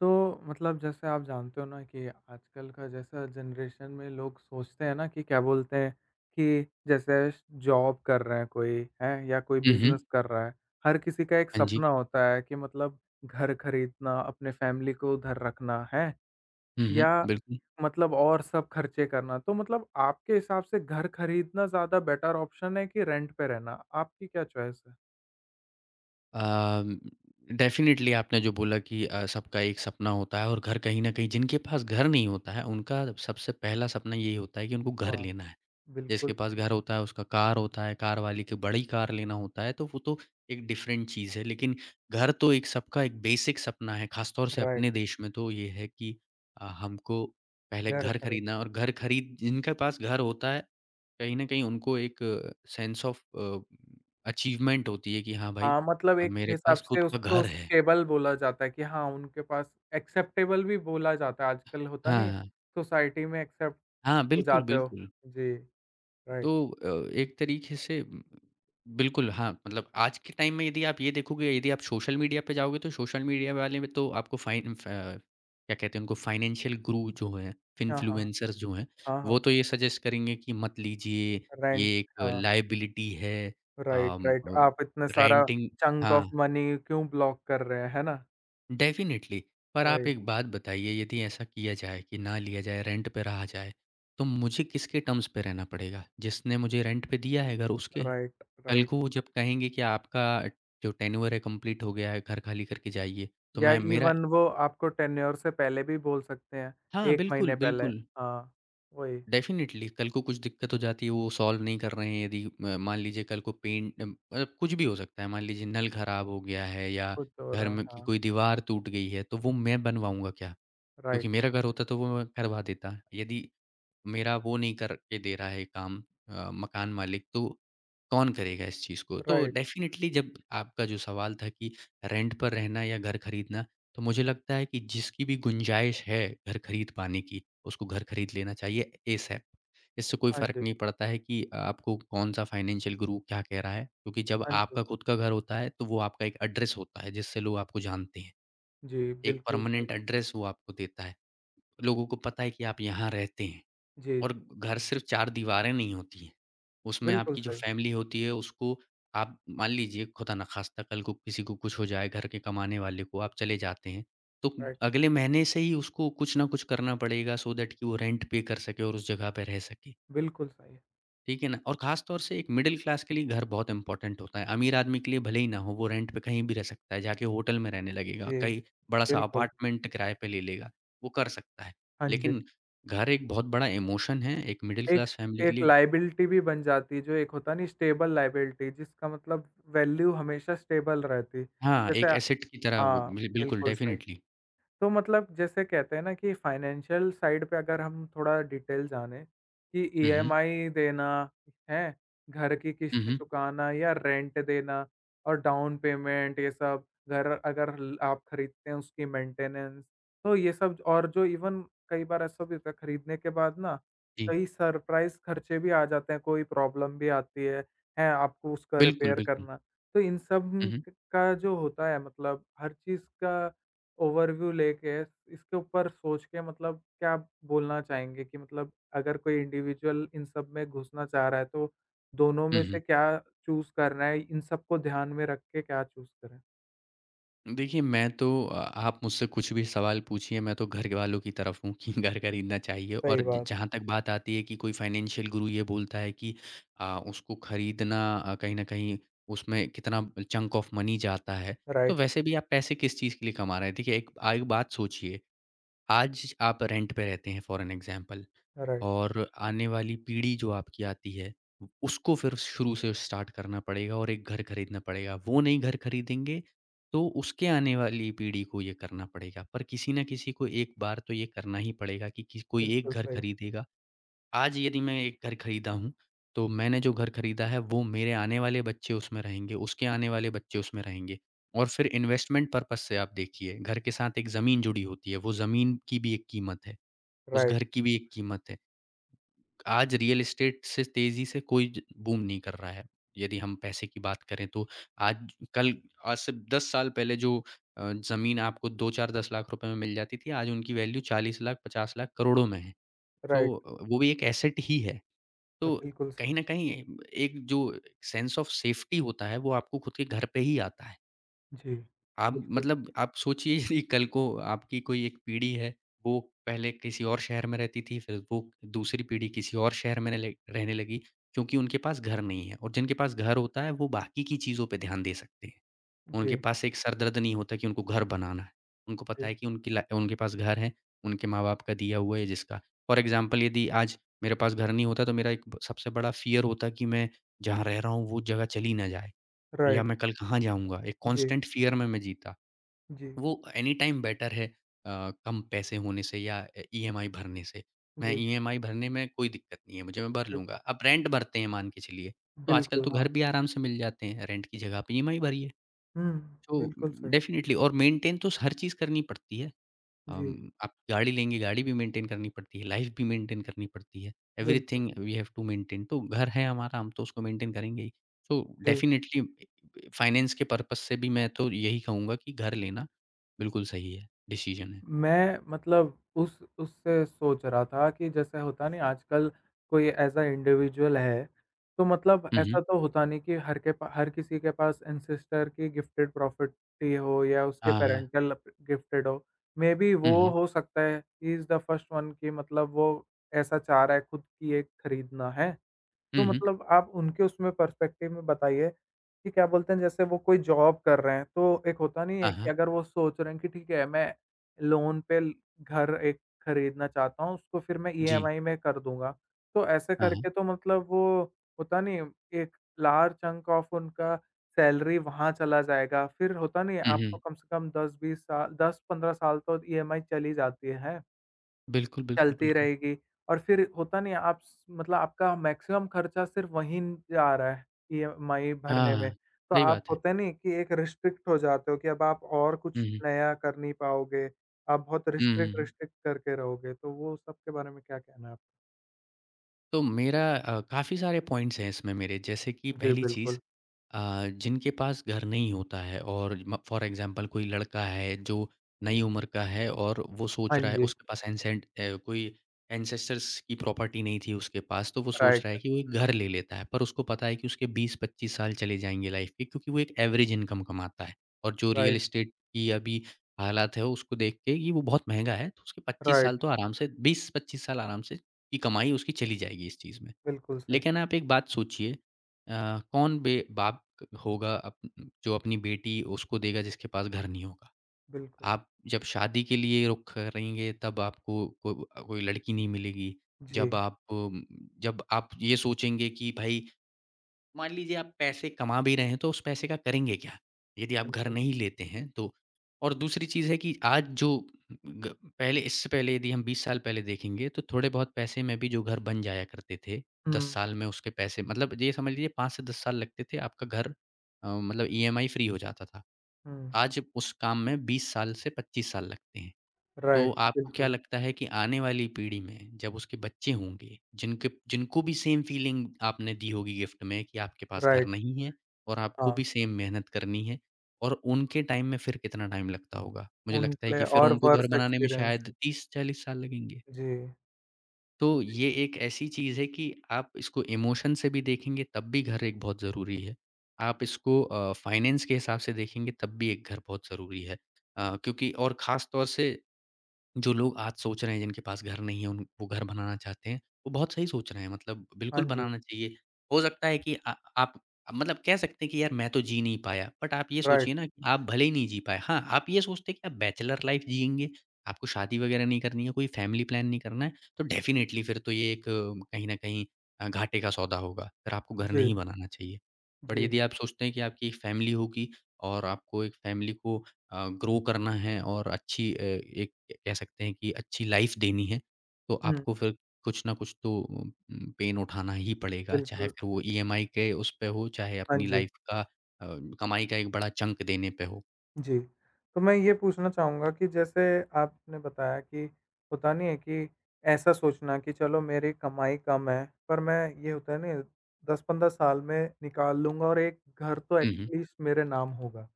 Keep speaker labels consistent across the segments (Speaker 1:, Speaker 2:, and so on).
Speaker 1: तो मतलब जैसे आप जानते हो ना कि आजकल का जैसा जनरेशन में लोग सोचते हैं ना कि क्या बोलते हैं कि जैसे श जॉब कर रहे हैं कोई, हैं? या कोई
Speaker 2: हुँ, हुँ।
Speaker 1: बिज़नेस कर रहा है। हर किसी का एक
Speaker 2: हाँ जी।
Speaker 1: सपना होता है कि मतलब घर खरीदना, अपने फैमिली को उधर रखना, हैं?
Speaker 2: हुँ, हुँ।
Speaker 1: या
Speaker 2: बिल्कुल।
Speaker 1: मतलब और सब खर्चे करना। तो मतलब आपके हिसाब से घर खरीदना ज़्यादा बेटर ऑप्शन है कि रेंट पे रहना? आपकी क्या चॉइस है?
Speaker 2: अम, डेफ़िनेटली आपने जो बोला कि सबका एक सपना होता है और घर कहीं न कहीं जिनके पास घर नहीं होता है, उनका सबसे पहला सपना यही होता है कि उनको घर
Speaker 1: वाह!
Speaker 2: लेना है। जिसके
Speaker 1: बिल्कुल
Speaker 2: पास
Speaker 1: सही,
Speaker 2: घर होता है, उसका कार होता है, कार वाले की बड़ी कार लेना होता है, तो वो तो एक डिफ़रेंट चीज़ है। लेकिन घर तो एक सबका एक बेसिक सपना है, ख़ास तौर से
Speaker 1: राइट,
Speaker 2: अपने देश में तो ये है कि हमको पहले
Speaker 1: घर
Speaker 2: घर
Speaker 1: खरीद
Speaker 2: खरीदना है और घर खरीद जिनके पास घर होता है, कहीं न कहीं उनको एक सेंस ऑफ अचीवमेंट होती है कि हाँ भाई,
Speaker 1: हाँ, मतलब
Speaker 2: और
Speaker 1: एक
Speaker 2: मेरे
Speaker 1: हिसाब
Speaker 2: पास
Speaker 1: से
Speaker 2: खुद का
Speaker 1: उसको
Speaker 2: घर है।
Speaker 1: स्टेबल बोला जाता है कि हाँ, उनके पास एक्सेप्टेबल भी बोला जाता है आजकल होता नहीं
Speaker 2: हाँ,
Speaker 1: है,
Speaker 2: हाँ।
Speaker 1: सोसाइटी में एक्सेप्ट
Speaker 2: हाँ,
Speaker 1: हो
Speaker 2: बिल्कुल,
Speaker 1: जाते हो।
Speaker 2: बिल्कुल।
Speaker 1: जी, राइट।
Speaker 2: तो एक तरीके से बिल्कुल हाँ, मतलब आज के टाइम में यदि आप ये देखोगे, यदि आप सोशल मीडिया पे जाओगे तो सोशल मीडिया वाले में तो आपको क्या कहते हैं उनको फाइनेंशियल गुरु जो हैं,
Speaker 1: हाँ, हाँ।
Speaker 2: इन्फ्लुएंसर्स जो हैं,
Speaker 1: हाँ,
Speaker 2: वो
Speaker 1: हाँ।
Speaker 2: तो ये सजेस्ट करेंगे कि मत लीजिए, ये
Speaker 1: रेंट
Speaker 2: एक
Speaker 1: हाँ,
Speaker 2: लायबिलिटी है।
Speaker 1: राइट,
Speaker 2: अम,
Speaker 1: राइट।
Speaker 2: अ,
Speaker 1: आप इतना सारा
Speaker 2: रेंटिंग।
Speaker 1: चंक ऑफ
Speaker 2: हाँ।
Speaker 1: मनी क्यों ब्लॉक कर रहे हैं, है ना?
Speaker 2: डेफ़िनिटली, पर आप
Speaker 1: वही,
Speaker 2: एक बात बताइए यदि ऐसा किया जाए कि ना लिया जाए, रेंट पे रहा जाए, तो मुझे किसके टर्म्स पे रहना पड़ेगा? जिसने मुझे रेंट पे दिया है घर उसके?
Speaker 1: राइट,
Speaker 2: कल
Speaker 1: राइट।
Speaker 2: को वो जब कहेंगे कि आपका जो टेन्योर है कंप्लीट हो गया है, घर खाली करके जाइए, तो
Speaker 1: या
Speaker 2: मैं मेरा।
Speaker 1: इवन वो आपको टेन्योर से पहले भी बोल सकते हैं,
Speaker 2: हाँ,
Speaker 1: 1
Speaker 2: बिल्कुल,
Speaker 1: महीने पहले।
Speaker 2: बिल्कुल।
Speaker 1: हाँ, वही,
Speaker 2: डेफ़िनिटली कल को कुछ दिक्कत हो जाती है वो सॉल्व नहीं कर रहे हैं यदि म मान लीजिए कल को पेंट मतलब कुछ भी हो सकता है, मान लीजिए नल खराब हो गया है या
Speaker 1: कुछ हो
Speaker 2: घर
Speaker 1: रहा है।
Speaker 2: में की
Speaker 1: हाँ,
Speaker 2: कोई दीवार टूट गई है, तो वो मैं बनवाऊँगा क्या? क्योंकि
Speaker 1: राइट,
Speaker 2: मेरा घर होता तो वो मैं करवा देता। यदि मेरा वो नहीं करके दे रहा है काम मकान मालिक तो कौन करेगा इस चीज़ को? तो
Speaker 1: राइट।
Speaker 2: डेफ़िनेटली जब आपका जो सवाल था कि रेंट पर रहना या घर खरीदना, तो मुझे लगता है कि जिसकी भी गुंजाइश है घर खरीद पाने की, उसको घर खरीद लेना चाहिए एसएप। इससे कोई
Speaker 1: हाँ
Speaker 2: फ़र्क
Speaker 1: जी,
Speaker 2: नहीं पड़ता है कि आपको कौन-सा फाइनेंशियल गुरु क्या कह रहा है, क्योंकि जब
Speaker 1: हाँ जी।
Speaker 2: आपका खुद का घर होता है तो वो आपका एक एड्रेस होता है जिससे लोग आपको जानते हैं।
Speaker 1: जी,
Speaker 2: एक
Speaker 1: बिल्कुल सही।
Speaker 2: परमानेंट एड्रेस वो आपको देता है। लोगों को पता है कि आप यहाँ रहते हैं
Speaker 1: जी,
Speaker 2: और घर सिर्फ 4 दीवारें नहीं होती हैं। उसमें
Speaker 1: बिल्कुल
Speaker 2: आपकी जो
Speaker 1: सही,
Speaker 2: फैमिली होती है उसको आप मान लीजिए खुदा ना ख़ास्ता कल को किसी को कुछ हो जाए, घर के कमाने वाले को आप चले जाते हैं, तो
Speaker 1: राइट,
Speaker 2: अगले महीने से ही उसको कुछ ना कुछ करना पड़ेगा सो दैट कि वो रेंट पे कर सके और उस जगह पे रह सके।
Speaker 1: बिल्कुल सही।
Speaker 2: ठीक है ना? और ख़ास तौर से एक मिडल क्लास के लिए घर बहुत इम्पोर्टेंट होता है। अमीर आदमी के लिए भले ही ना हो, वो रेंट पे कहीं भी रह सकता है, जाके होटल में रहने लगेगा,
Speaker 1: जी,
Speaker 2: कहीं बड़ा-सा
Speaker 1: बिल्कुल,
Speaker 2: अपार्टमेंट किराए पे ले लेगा, वो कर सकता है।
Speaker 1: हाँ जी।
Speaker 2: लेकिन घर एक बहुत बड़ा इमोशन है, एक मिडल
Speaker 1: एक
Speaker 2: क्लास फैमिली के
Speaker 1: एक
Speaker 2: लिए।
Speaker 1: लायबिलिटी भी बन जाती है, जो एक होता नहीं स्टेबल लायबिलिटी जिसका मतलब वैल्यू हमेशा स्टेबल रहती।
Speaker 2: हाँ,
Speaker 1: जैसे
Speaker 2: एक एसेट की तरह वो
Speaker 1: हाँ,
Speaker 2: बिल्कुल
Speaker 1: बिल्कुल सही।
Speaker 2: डेफ़िनिटली।
Speaker 1: तो मतलब जैसे कहते हैं ना कि फाइनेंशियल साइड पे अगर हम थोड़ा डिटेल जाने कि
Speaker 2: हुँ, हुँ।
Speaker 1: ईएमआई देना है घर की
Speaker 2: हुँ,
Speaker 1: किस्त
Speaker 2: हुँ।
Speaker 1: चुकाना या रेंट देना और डाउन पेमेंट ये सब घर अगर आप खरीदते हैं उसकी मेंटेनेंस तो ये सब और जो इवन कई बार ऐसा भी होता है खरीदने के बाद ना
Speaker 2: जी।
Speaker 1: कई सरप्राइज खर्चे भी आ जाते हैं कोई प्रॉब्लम भी आती है आपको उसका
Speaker 2: बिल्कुल,
Speaker 1: रिपेयर
Speaker 2: बिल्कुल।
Speaker 1: करना तो इन
Speaker 2: हुँ,
Speaker 1: सब
Speaker 2: हुँ।
Speaker 1: का जो होता है मतलब हर चीज़ का ओवरव्यू लेके इसके ऊपर सोच के मतलब क्या आप बोलना चाहेंगे कि मतलब अगर कोई इंडिविजुअल इन सब में घुसना चाह रहा है तो दोनों
Speaker 2: हुँ,
Speaker 1: में
Speaker 2: हुँ।
Speaker 1: से क्या चूज़ करना है? इन सबको ध्यान में रख के क्या चूज़ करें?
Speaker 2: देखिए, मैं तो आप मुझसे कुछ भी सवाल पूछिए, मैं तो घर के वालों की तरफ हूँ कि घर खरीदना चाहिए और
Speaker 1: सही
Speaker 2: ज
Speaker 1: बात।
Speaker 2: जहाँ तक बात आती है कि कोई फाइनेंशियल गुरु ये बोलता है कि उसको खरीदना कहीं न कहीं उसमें कितना चंक ऑफ मनी जाता है, तो
Speaker 1: राइट,
Speaker 2: वैसे भी आप पैसे किस चीज़ के लिए कमा रहे हैं? देखिए, एक आ एक बात सोचिए, आज आप रेंट पे रहते हैं फॉर एन एग्ज़ाम्पल
Speaker 1: राइट।
Speaker 2: और आने वाली पीढ़ी जो आपकी आती है, उसको फिर शुरू से स्टार्ट करना पड़ेगा और एक घर खरीदना पड़ेगा। वो नहीं घर खरीदेंगे, तो उसके आने वाली पीढ़ी को ये करना पड़ेगा। पर किसी न किसी को एक बार तो ये करना ही पड़ेगा कि कोई एक
Speaker 1: बिल्कुल
Speaker 2: घर
Speaker 1: सही।
Speaker 2: खरीदेगा। आज यदि मैं एक घर खरीदा हूँ, तो मैंने जो घर खरीदा है वो मेरे आने वाले बच्चे उसमें रहेंगे, उसके आने वाले बच्चे उसमें रहेंगे। और फिर इन्वेस्टमेंट पर्पज़ से आप देखिए, घर के साथ एक ज़मीन जुड़ी होती है, वो ज़मीन की भी एक कीमत है, उस
Speaker 1: राइट,
Speaker 2: घर की भी एक कीमत है। आज रियल एस्टेट से तेज़ी से कोई ज बूम नहीं कर रहा है। यदि हम पैसे की बात करें तो आज कल आज से 10 साल पहले जो ज़मीन आपको 2-4 ₹10 लाख रुपए में मिल जाती थी, आज उनकी वैल्यू 40 लाख, 50 लाख, करोड़ों में है।
Speaker 1: राइट।
Speaker 2: तो वो भी एक एसेट ही है। तो
Speaker 1: बिल्कुल
Speaker 2: कहीं
Speaker 1: सही।
Speaker 2: न कहीं एक जो सेंस ऑफ सेफ्टी होता है, वो आपको खुद के घर पे ही आता है।
Speaker 1: जी।
Speaker 2: आप
Speaker 1: बिल्कुल
Speaker 2: मतलब
Speaker 1: सही।
Speaker 2: आप सोचिए यदि कल को आपकी कोई एक पीढ़ी है, वो पहले किसी और शहर में रहती थी, फिर वो दूसरी पीढ़ी किसी और शहर में ले रहने लगी, क्योंकि उनके पास घर नहीं है और जिनके पास घर होता है, वो बाकी की चीज़ों पे ध्यान दे सकते हैं। उनके
Speaker 1: जी,
Speaker 2: पास एक सर दर्द नहीं होता कि उनको घर बनाना है। उनको
Speaker 1: जी।
Speaker 2: पता है कि उनकी ला उनके पास घर है, उनके माँ-बाप का दिया हुआ है जिसका। फॉर एग्ज़ाम्पल यदि आज मेरे पास घर नहीं होता, तो मेरा एक सबसे बड़ा फ़ियर होता कि मैं जहाँ रह रहा हूँ, वो जगह चली ना जाए या
Speaker 1: राइट।
Speaker 2: मैं कल कहाँ जाऊँगा? एक
Speaker 1: जी,
Speaker 2: कांस्टेंट फ़ियर में मैं जीता।
Speaker 1: जी,
Speaker 2: वो एनी टाइम बेटर है कम पैसे होने से या ईएमआई भरने से। मैं
Speaker 1: जी,
Speaker 2: ईएमआई भरने में कोई दिक्कत नहीं है मुझे, मैं भर
Speaker 1: जी।
Speaker 2: लूँगा। आप रेंट भरते हैं मान के चलिए, तो आजकल
Speaker 1: बिल्कुल,
Speaker 2: तो घर
Speaker 1: हाँ।
Speaker 2: भी आराम से मिल जाते हैं, रेंट की जगह आप ईएमआई भरिए।
Speaker 1: हुँ।
Speaker 2: तो
Speaker 1: बिल्कुल सही।
Speaker 2: डेफ़िनेटली और मेंटेन तो हर चीज़ करनी पड़ती है।
Speaker 1: जी,
Speaker 2: आप गाड़ी लेंगे, गाड़ी भी मेंटेन करनी पड़ती है, लाइफ़ भी मेंटेन करनी पड़ती है,
Speaker 1: बिल्कुल।
Speaker 2: Everything we have to maintain तो घर है हमारा, हम तो उसको मेंटेन करेंगे ही। सो
Speaker 1: जी।
Speaker 2: डेफ़िनेटली फाइनेंस के पर्पज़ से भी मैं तो यही कहूँगा कि घर लेना बिल्कुल सही है, डिसीज़न है।
Speaker 1: मैं मतलब उस उससे सोच रहा था कि जैसे होता नहीं आजकल कोई एज़ अ इंडिविजुअल है, तो मतलब
Speaker 2: हुँ, हुँ।
Speaker 1: ऐसा तो होता नहीं कि हर किसी के पास एंसेस्टर की गिफ्टेड प्रॉपर्टी हो या उसके
Speaker 2: हाँ, हाँ।
Speaker 1: पैरेंटल गिफ्टेड हो। मेबी
Speaker 2: हुँ,
Speaker 1: वो
Speaker 2: हुँ।
Speaker 1: हो सकता है he is the first one कि मतलब वो ऐसा चाह रहा है खुद की एक खरीदना, हैं?
Speaker 2: हुँ,
Speaker 1: तो
Speaker 2: हुँ।
Speaker 1: मतलब आप उनके उसमें पर्सपेक्टिव में बताइए कि क्या बोलते हैं जैसे वो कोई जॉब कर रहे हैं, तो एक होता नहीं
Speaker 2: हाँ,
Speaker 1: है कि
Speaker 2: हाँ।
Speaker 1: अगर वो सोच रहे हैं कि ठीक है मैं लोन पे ल घर एक खरीदना चाहता हूँ, उसको फिर मैं
Speaker 2: जी।
Speaker 1: ईएमआई में कर दूँगा। तो ऐसे
Speaker 2: हाँ, हाँ।
Speaker 1: करके तो मतलब वो होता नहीं एक लार्ज चंक ऑफ उनका सैलरी वहाँ चला जाएगा। फिर होता नहीं
Speaker 2: हुँ,
Speaker 1: आपको
Speaker 2: हुँ।
Speaker 1: कम से कम 10-20 साल 10-15 साल तो ईएमआई चली जाती है।
Speaker 2: बिल्कुल, बिल्कुल,
Speaker 1: चलती
Speaker 2: बिल्कुल।
Speaker 1: रहेगी और फिर होता नहीं है आप स मतलब आपका मैक्सिमम खर्चा सिर्फ़ वहीं जा रहा है ईएमआई
Speaker 2: हाँ,
Speaker 1: भरने में।
Speaker 2: हाँ।
Speaker 1: तो
Speaker 2: सही
Speaker 1: आप
Speaker 2: बात है।
Speaker 1: होता नहीं है कि एक रिस्ट्रिक्ट हो जाते हो कि अब आप और
Speaker 2: हुँ,
Speaker 1: कुछ
Speaker 2: हुँ।
Speaker 1: नया कर नहीं पाओगे। आप बहुत
Speaker 2: हुँ, हुँ,
Speaker 1: रिस्ट्रिक्ट,
Speaker 2: हुँ।
Speaker 1: रिस्ट्रिक्ट करके रहोगे। तो वो सब के बारे में क्या कहना है आपका?
Speaker 2: तो मेरा काफ़ी सारे पॉइंट्स हैं इसमें मेरे। जैसे कि
Speaker 1: जी,
Speaker 2: पहली चीज़
Speaker 1: बिल्कुल।
Speaker 2: जिनके पास घर नहीं होता है और म फ़ॉर एग्ज़ाम्पल कोई लड़का है जो नई उम्र का है और वो सोच
Speaker 1: हाँ
Speaker 2: रहा है
Speaker 1: जी।
Speaker 2: उसके पास कोई एंसेस्टर्स की प्रॉपर्टी नहीं थी उसके पास, तो वो सोच रहा है
Speaker 1: राइट,
Speaker 2: कि वो एक घर ले लेता है। पर उसको पता है कि उसके 20-25 साल चले जाएँगे लाइफ़ के क्योंकि वो एक एवरेज इनकम कमाता है। और जो रियल
Speaker 1: राइट,
Speaker 2: एस्टेट की अभी हालात है उसको देख के ये वो बहुत महँगा है, तो उसके 25 साल
Speaker 1: राइट।
Speaker 2: तो आराम से 20-25 साल आराम से की कमाई उसकी चली जाएगी इस चीज़ में।
Speaker 1: बिल्कुल सही।
Speaker 2: लेकिन आप एक बात सोचिए कौन बे बाप होगा अप जो अपनी बेटी उसको देगा जिसके पास घर नहीं होगा?
Speaker 1: बिल्कुल।
Speaker 2: आप जब शादी के लिए रुख करेंगे तब आपको को कोई लड़की नहीं मिलेगी। जब
Speaker 1: जी,
Speaker 2: आप अम, जब आप ये सोचेंगे कि भाई मान लीजिए आप पैसे कमा भी रहे हैं तो उस पैसे का करेंगे क्या? यदि आप घर
Speaker 1: बिल्कुल।
Speaker 2: नहीं लेते हैं तो? और दूसरी चीज़ है कि आज जो ग पहले इससे पहले यदि हम 20 साल पहले देखेंगे तो थोड़े बहुत पैसे में भी जो घर बन जाया करते थे,
Speaker 1: हुँ,
Speaker 2: 10 साल में उसके पैसे मतलब ये समझ लीजिए 5 से 10 साल लगते थे आपका घर मतलब ईएमआई फ्री हो जाता था।
Speaker 1: हुँ।
Speaker 2: आज उस काम में 20 साल से 25 साल लगते हैं। तो
Speaker 1: राइट,
Speaker 2: आपको क्या
Speaker 1: बिल्कुल।
Speaker 2: लगता है कि आने वाली पीढ़ी में जब उसके बच्चे होंगे, जिनके जिनको भी सेम फीलिंग आपने दी होगी गिफ्ट में कि आपके पास घर
Speaker 1: राइट,
Speaker 2: नहीं है और आपको भी
Speaker 1: हाँ।
Speaker 2: सेम मेहनत करनी है और उनके टाइम में फिर कितना टाइम लगता होगा? मुझे लगता है
Speaker 1: उनके लिए
Speaker 2: कि फिर
Speaker 1: और
Speaker 2: उनको घर
Speaker 1: वर्स्ट
Speaker 2: बनाने में
Speaker 1: एक्सपीरियंस।
Speaker 2: शायद 30-40 साल लगेंगे।
Speaker 1: जी।
Speaker 2: तो ये एक ऐसी चीज़ है कि आप इसको इमोशन से भी देखेंगे तब भी घर एक बहुत ज़रूरी है। आप इसको फाइनेंस के हिसाब से देखेंगे तब भी एक घर बहुत ज़रूरी है। क्योंकि और ख़ास तौर से जो लोग आज सोच रहे हैं जिनके पास घर नहीं है, उन वो घर बनाना चाहते हैं, वो बहुत सही सोच रहे हैं मतलब
Speaker 1: हाँ
Speaker 2: बिल्कुल
Speaker 1: जी,
Speaker 2: बनाना चाहिए। हो सकता है कि आ आप मतलब कह सकते हैं कि यार मैं तो जी नहीं पाया, बट आप ये
Speaker 1: राइट।
Speaker 2: सोचिए ना कि आप भले ही नहीं जी पाए, हाँ, आप ये सोचते हैं कि आप बैचलर लाइफ़ जिएँगे, आपको शादी वगैरह नहीं करनी है, कोई फैमिली प्लान नहीं करना है, तो डेफ़िनेटली फिर तो ये एक कहीं न कहीं घाटे का सौदा होगा, फिर आपको घर
Speaker 1: जी,
Speaker 2: नहीं बनाना चाहिए। बट
Speaker 1: जी।
Speaker 2: यदि आप सोचते हैं कि आपकी एक फैमिली होगी और आपको एक फैमिली को ग्रो करना है और अच्छी एक कह सकते हैं कि अच्छी लाइफ देनी है, तो
Speaker 1: हुँ,
Speaker 2: आपको फिर कुछ ना कुछ तो पेन उठाना ही पड़ेगा, चाहे
Speaker 1: बिल्कुल।
Speaker 2: फिर वो ईएमआई के उस पे हो, चाहे
Speaker 1: हाँ
Speaker 2: अपनी
Speaker 1: जी,
Speaker 2: लाइफ का अ, कमाई का एक बड़ा चंक देने पे हो।
Speaker 1: जी। तो मैं ये पूछना चाहूँगा कि जैसे आपने बताया कि होता नहीं है कि ऐसा सोचना कि चलो मेरी कमाई कम है, पर मैं ये होता है ना 10-15 साल में निकाल लूँगा और एक घर तो
Speaker 2: हुँ, हुँ।
Speaker 1: एटलीस्ट मेरे नाम होगा।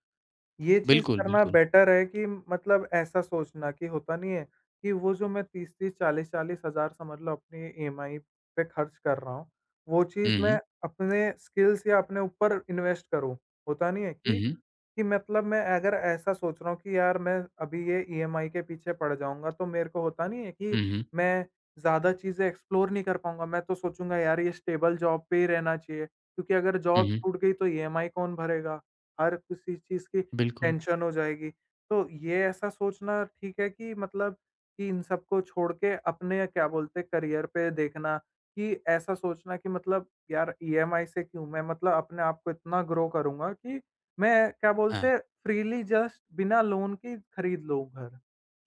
Speaker 1: ये चीज़
Speaker 2: बिल्कुल,
Speaker 1: करना
Speaker 2: बिल्कुल।
Speaker 1: बेटर है कि मतलब ऐसा सोचना कि होता नहीं है कि वो जो मैं 30-30, 40-40 हज़ार समझ लो अपनी ईएमआई पे खर्च कर रहा हूँ, वो चीज़
Speaker 2: हुँ, हुँ।
Speaker 1: मैं अपने स्किल्स या अपने ऊपर इन्वेस्ट करूँ। होता नहीं है
Speaker 2: हुँ, हुँ।
Speaker 1: कि मतलब मैं अगर ऐसा सोच रहा हूँ कि यार मैं अभी ये ईएमआई के पीछे पड़ जाऊँगा, तो मेरे को होता नहीं है कि
Speaker 2: हुँ, हुँ।
Speaker 1: मैं ज़्यादा चीज़ें एक्सप्लोर नहीं कर पाऊँगा। मैं तो सोचूँगा यार ये स्टेबल जॉब पे ही रहना चाहिए, क्योंकि अगर
Speaker 2: हुँ,
Speaker 1: जॉब
Speaker 2: हुँ।
Speaker 1: छूट गई तो ईएमआई कौन भरेगा? हर किसी चीज़ की
Speaker 2: बिल्कुल।
Speaker 1: टेंशन हो जाएगी। तो ये ऐसा सोचना ठीक है कि मतलब कि इन सबको छोड़ के अपने क्या बोलते हैं करियर पे देखना, कि ऐसा सोचना कि मतलब यार ईएमआई से क्यों? मैं मतलब अपने आप को इतना ग्रो करूँगा कि मैं क्या
Speaker 2: हाँ।
Speaker 1: बोलते हैं फ्रीली जस्ट बिना लोन के खरीद लूँ घर।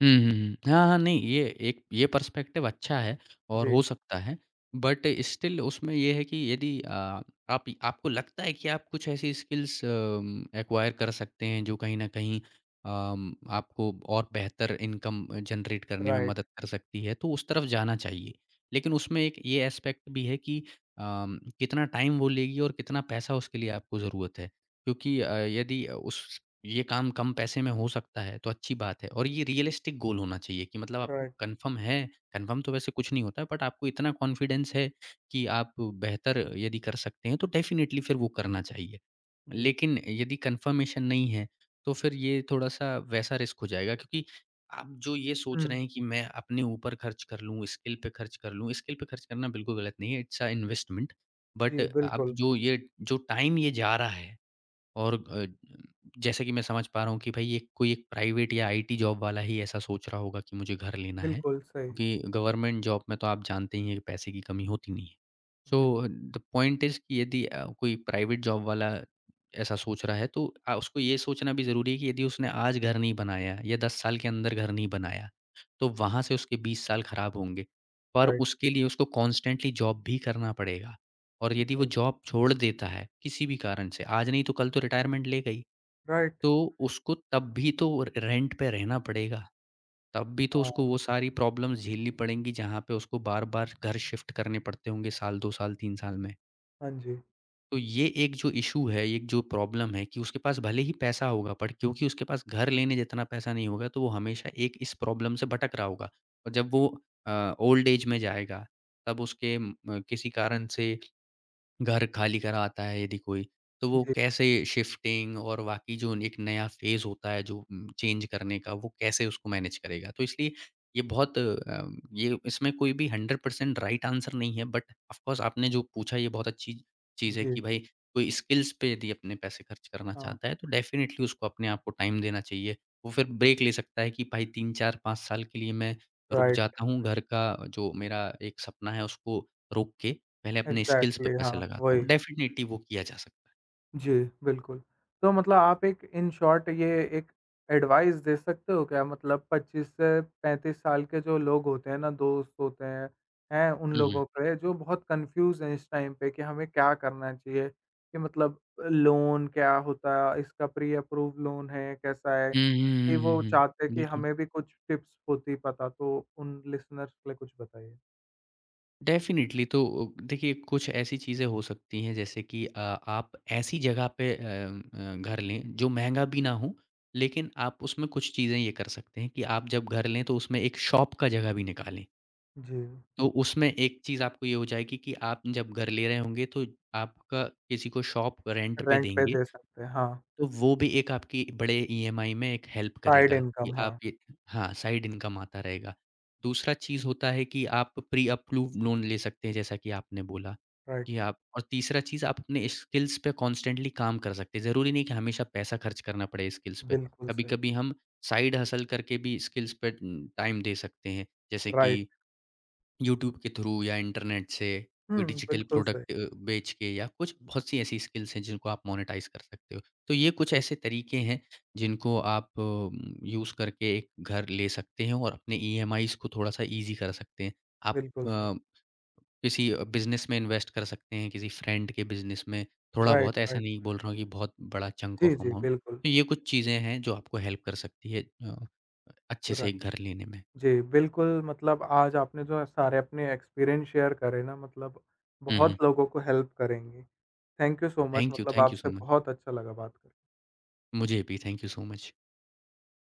Speaker 2: हुँ, हुँ, हुँ। हाँ, हाँ, नहीं ये एक ये पर्सपेक्टिव अच्छा है और
Speaker 1: जी,
Speaker 2: हो सकता है। बट स्टिल उसमें ये है कि यदि आप आपको लगता है कि आप कुछ ऐसी स्किल्स एक्वायर कर सकते हैं जो कहीं न कहीं आपको और बेहतर इनकम जनरेट करने में
Speaker 1: राइट,
Speaker 2: मदद कर सकती है, तो उस तरफ जाना चाहिए। लेकिन उसमें एक ये एस्पेक्ट भी है कि कितना टाइम वो लेगी और कितना पैसा उसके लिए आपको ज़रूरत है। क्योंकि यदि उस ये काम कम पैसे में हो सकता है, तो अच्छी बात है और ये रियलिस्टिक गोल होना चाहिए कि मतलब आपको
Speaker 1: राइट।
Speaker 2: कन्फर्म है। कन्फर्म तो वैसे कुछ नहीं होता है बट आपको इतना कॉन्फिडेंस है कि आप बेहतर यदि कर सकते हैं, तो डेफ़िनिटली फिर वो करना चाहिए।
Speaker 1: जी।
Speaker 2: लेकिन यदि कन्फर्मेशन नहीं है, तो फिर ये थोड़ा-सा वैसा रिस्क हो जाएगा क्योंकि आप जो ये सोच रहे
Speaker 1: हुँ।
Speaker 2: हैं कि मैं अपने ऊपर खर्च कर लूँ, स्किल पे खर्च कर लूँ, स्किल पे खर्च करना बिल्कुल गलत नहीं है, इट्स अ इन्वेस्टमेंट। बट
Speaker 1: जी,
Speaker 2: आप
Speaker 1: बिल्कुल,
Speaker 2: जो ये जो टाइम ये जा रहा है और जैसे कि मैं समझ पा रहा हूँ कि भाई ये कोई एक प्राइवेट या आईटी जॉब वाला ही ऐसा सोच रहा होगा कि मुझे घर लेना है,
Speaker 1: बिल्कुल सही।
Speaker 2: क्योंकि गवर्नमेंट जॉब में तो आप जानते ही हैं कि पैसे की कमी होती नहीं है।
Speaker 1: Well
Speaker 2: so the point is कि यदि कोई प्राइवेट जॉब वाला ऐसा सोच रहा है तो उसको ये सोचना भी ज़रूरी है कि यदि उसने आज घर नहीं बनाया या 10 साल के अंदर घर नहीं बनाया, तो वहाँ से उसके 20 साल खराब होंगे। पर
Speaker 1: राइट,
Speaker 2: उसके लिए उसको कॉन्स्टेंटली जॉब भी करना पड़ेगा। और यदि वो
Speaker 1: जी,
Speaker 2: जॉब छोड़ देता है, किसी भी कारण से, आज नहीं तो कल तो रिटायरमेंट लेगा ही,
Speaker 1: राइट।
Speaker 2: तो उसको तब भी तो र रेंट पे रहना पड़ेगा। तब भी तो उसको
Speaker 1: हाँ,
Speaker 2: वो सारी प्रॉब्लम्स झेलनी पड़ेंगी, जहाँ पे उसको बार-बार घर शिफ्ट करने पड़ते होंगे साल, 2 साल, 3 साल में।
Speaker 1: हाँ जी।
Speaker 2: तो ये एक जो इश्यू है, एक जो प्रॉब्लम है कि उसके पास भले ही पैसा होगा, बट क्योंकि उसके पास घर लेने जितना पैसा नहीं होगा, तो वो हमेशा एक इस प्रॉब्लम से भटक रहा होगा। और जब वो ओल्ड एज में जाएगा, तब उसके म किसी कारण से घर खाली कराता है यदि कोई, तो वो
Speaker 1: जी,
Speaker 2: कैसे शिफ्टिंग और बाकी जो एक नया फ़ेज़ होता है जो चेंज करने का वो कैसे उसको मैनेज करेगा। तो इसलिए ये बहुत ये इसमें कोई भी 100% राइट आंसर नहीं है बट ऑफ़ कोर्स आपने जो पूछा ये बहुत अच्छी चीज़ है
Speaker 1: जी,
Speaker 2: कि भाई कोई स्किल्स पे यदि अपने पैसे खर्च करना
Speaker 1: हाँ,
Speaker 2: चाहता है तो डेफ़िनेटली उसको अपने आप को टाइम देना चाहिए। वो फिर ब्रेक ले सकता है कि भाई 3, 4, 5 साल के लिए मैं रुक
Speaker 1: राइट,
Speaker 2: जाता हूँ, घर का जो मेरा एक सपना है उसको रोक के पहले अपने स्किल्स पे
Speaker 1: एग्ज़ैक्टली
Speaker 2: पैसे
Speaker 1: हाँ,
Speaker 2: लगाता हूँ।
Speaker 1: वही।
Speaker 2: डेफ़िनेटली वो किया जा सकता है।
Speaker 1: जी, बिल्कुल। तो मतलब आप एक इन शॉर्ट ये एक एडवाइस दे सकते हो क्या? मतलब 25 से 35 साल के जो लोग होते हैं ना, दोस्त होते हैं उन
Speaker 2: हुँ, हुँ।
Speaker 1: लोगों पे जो बहुत कन्फ्यूज़ हैं इस टाइम पे कि हमें क्या करना चाहिए? कि मतलब लोन क्या होता है? इसका प्री अप्रूव्ड लोन है, कैसा है?
Speaker 2: हुँ, हुँ,
Speaker 1: कि
Speaker 2: हुँ, हुँ,
Speaker 1: वो चाहते हैं
Speaker 2: हुँ।
Speaker 1: कि
Speaker 2: बिल्कुल।
Speaker 1: हमें भी कुछ टिप्स होती पता, तो उन लिसनर्स के लिए कुछ बताइए?
Speaker 2: डेफ़िनेटली तो देखिए कुछ ऐसी चीज़ें हो सकती हैं जैसे कि आप ऐसी जगह पे घर लें जो महँगा भी ना हो, लेकिन आप उसमें कुछ चीज़ें ये कर सकते हैं कि आप जब घर लें तो उसमें एक शॉप का जगह भी निकालें।
Speaker 1: जी,
Speaker 2: तो उसमें एक चीज़ आपको ये हो जाएगी कि आप जब घर ले रहे होंगे तो आपका किसी को शॉप रेंट पे
Speaker 1: रेंट पे
Speaker 2: देंगे
Speaker 1: दे सकते हैं। हाँ,
Speaker 2: तो वो भी एक आपकी बड़े ईएमआई में एक हेल्प
Speaker 1: साइड
Speaker 2: करेगा कि
Speaker 1: इनकम
Speaker 2: आप
Speaker 1: हाँ,
Speaker 2: ये हाँ, साइड इनकम आता रहेगा। दूसरा चीज़ होता है कि आप प्री अप्रूव्ड लोन ले सकते हैं जैसा कि आपने बोला, कि
Speaker 1: राइट।
Speaker 2: आप और तीसरा चीज़ आप अपने स्किल्स पे कॉन्स्टेंटली काम कर सकते हैं। ज़रूरी नहीं कि हमेशा पैसा खर्च करना पड़े स्किल्स पे,
Speaker 1: बिल्कुल सही,
Speaker 2: कभी-कभी हम साइड हसल करके भी स्किल्स पे टाइम दे सकते हैं। जैसे
Speaker 1: राइट।
Speaker 2: कि यूट्यूब के थ्रू या इंटरनेट से कोई
Speaker 1: हुँ,
Speaker 2: डिजिटल
Speaker 1: बिल्कुल सही।
Speaker 2: प्रोडक्ट बेच के या कुछ बहुत सी ऐसी स्किल्स हैं जिनको आप मोनेटाइज कर सकते हो। तो ये कुछ
Speaker 1: जी,
Speaker 2: ऐसे तरीके हैं जिनको आप यूज़ करके एक घर ले सकते हैं और अपने ईएमआईज़ को थोड़ा-सा ईज़ी कर सकते हैं। आप
Speaker 1: बिल्कुल सही।
Speaker 2: अ, किसी बिज़नेस में इन्वेस्ट कर सकते हैं, किसी फ्रेंड के बिज़नेस में
Speaker 1: राइट,
Speaker 2: थोड़ा-बहुत, ऐसा
Speaker 1: राइट।
Speaker 2: नहीं बोल रहा हूँ कि बहुत बड़ा चंक ऑफ
Speaker 1: जी, जी,
Speaker 2: अमाउंट।
Speaker 1: बिल्कुल।
Speaker 2: तो ये कुछ चीज़ें हैं जो आपको हेल्प कर सकती है अच्छे से
Speaker 1: राइट।
Speaker 2: एक घर लेने में।
Speaker 1: जी, बिल्कुल मतलब आज आपने जो सारे अपने एक्सपीरियंस शेयर करे ना मतलब
Speaker 2: हुँ,
Speaker 1: बहुत
Speaker 2: हुँ।
Speaker 1: लोगों को हेल्प करेंगे। थैंक यू सो मच मतलब
Speaker 2: थैंक यू सो
Speaker 1: आपसे
Speaker 2: मच।
Speaker 1: बहुत अच्छा लगा बात कर
Speaker 2: मुझे भी थैंक यू सो मच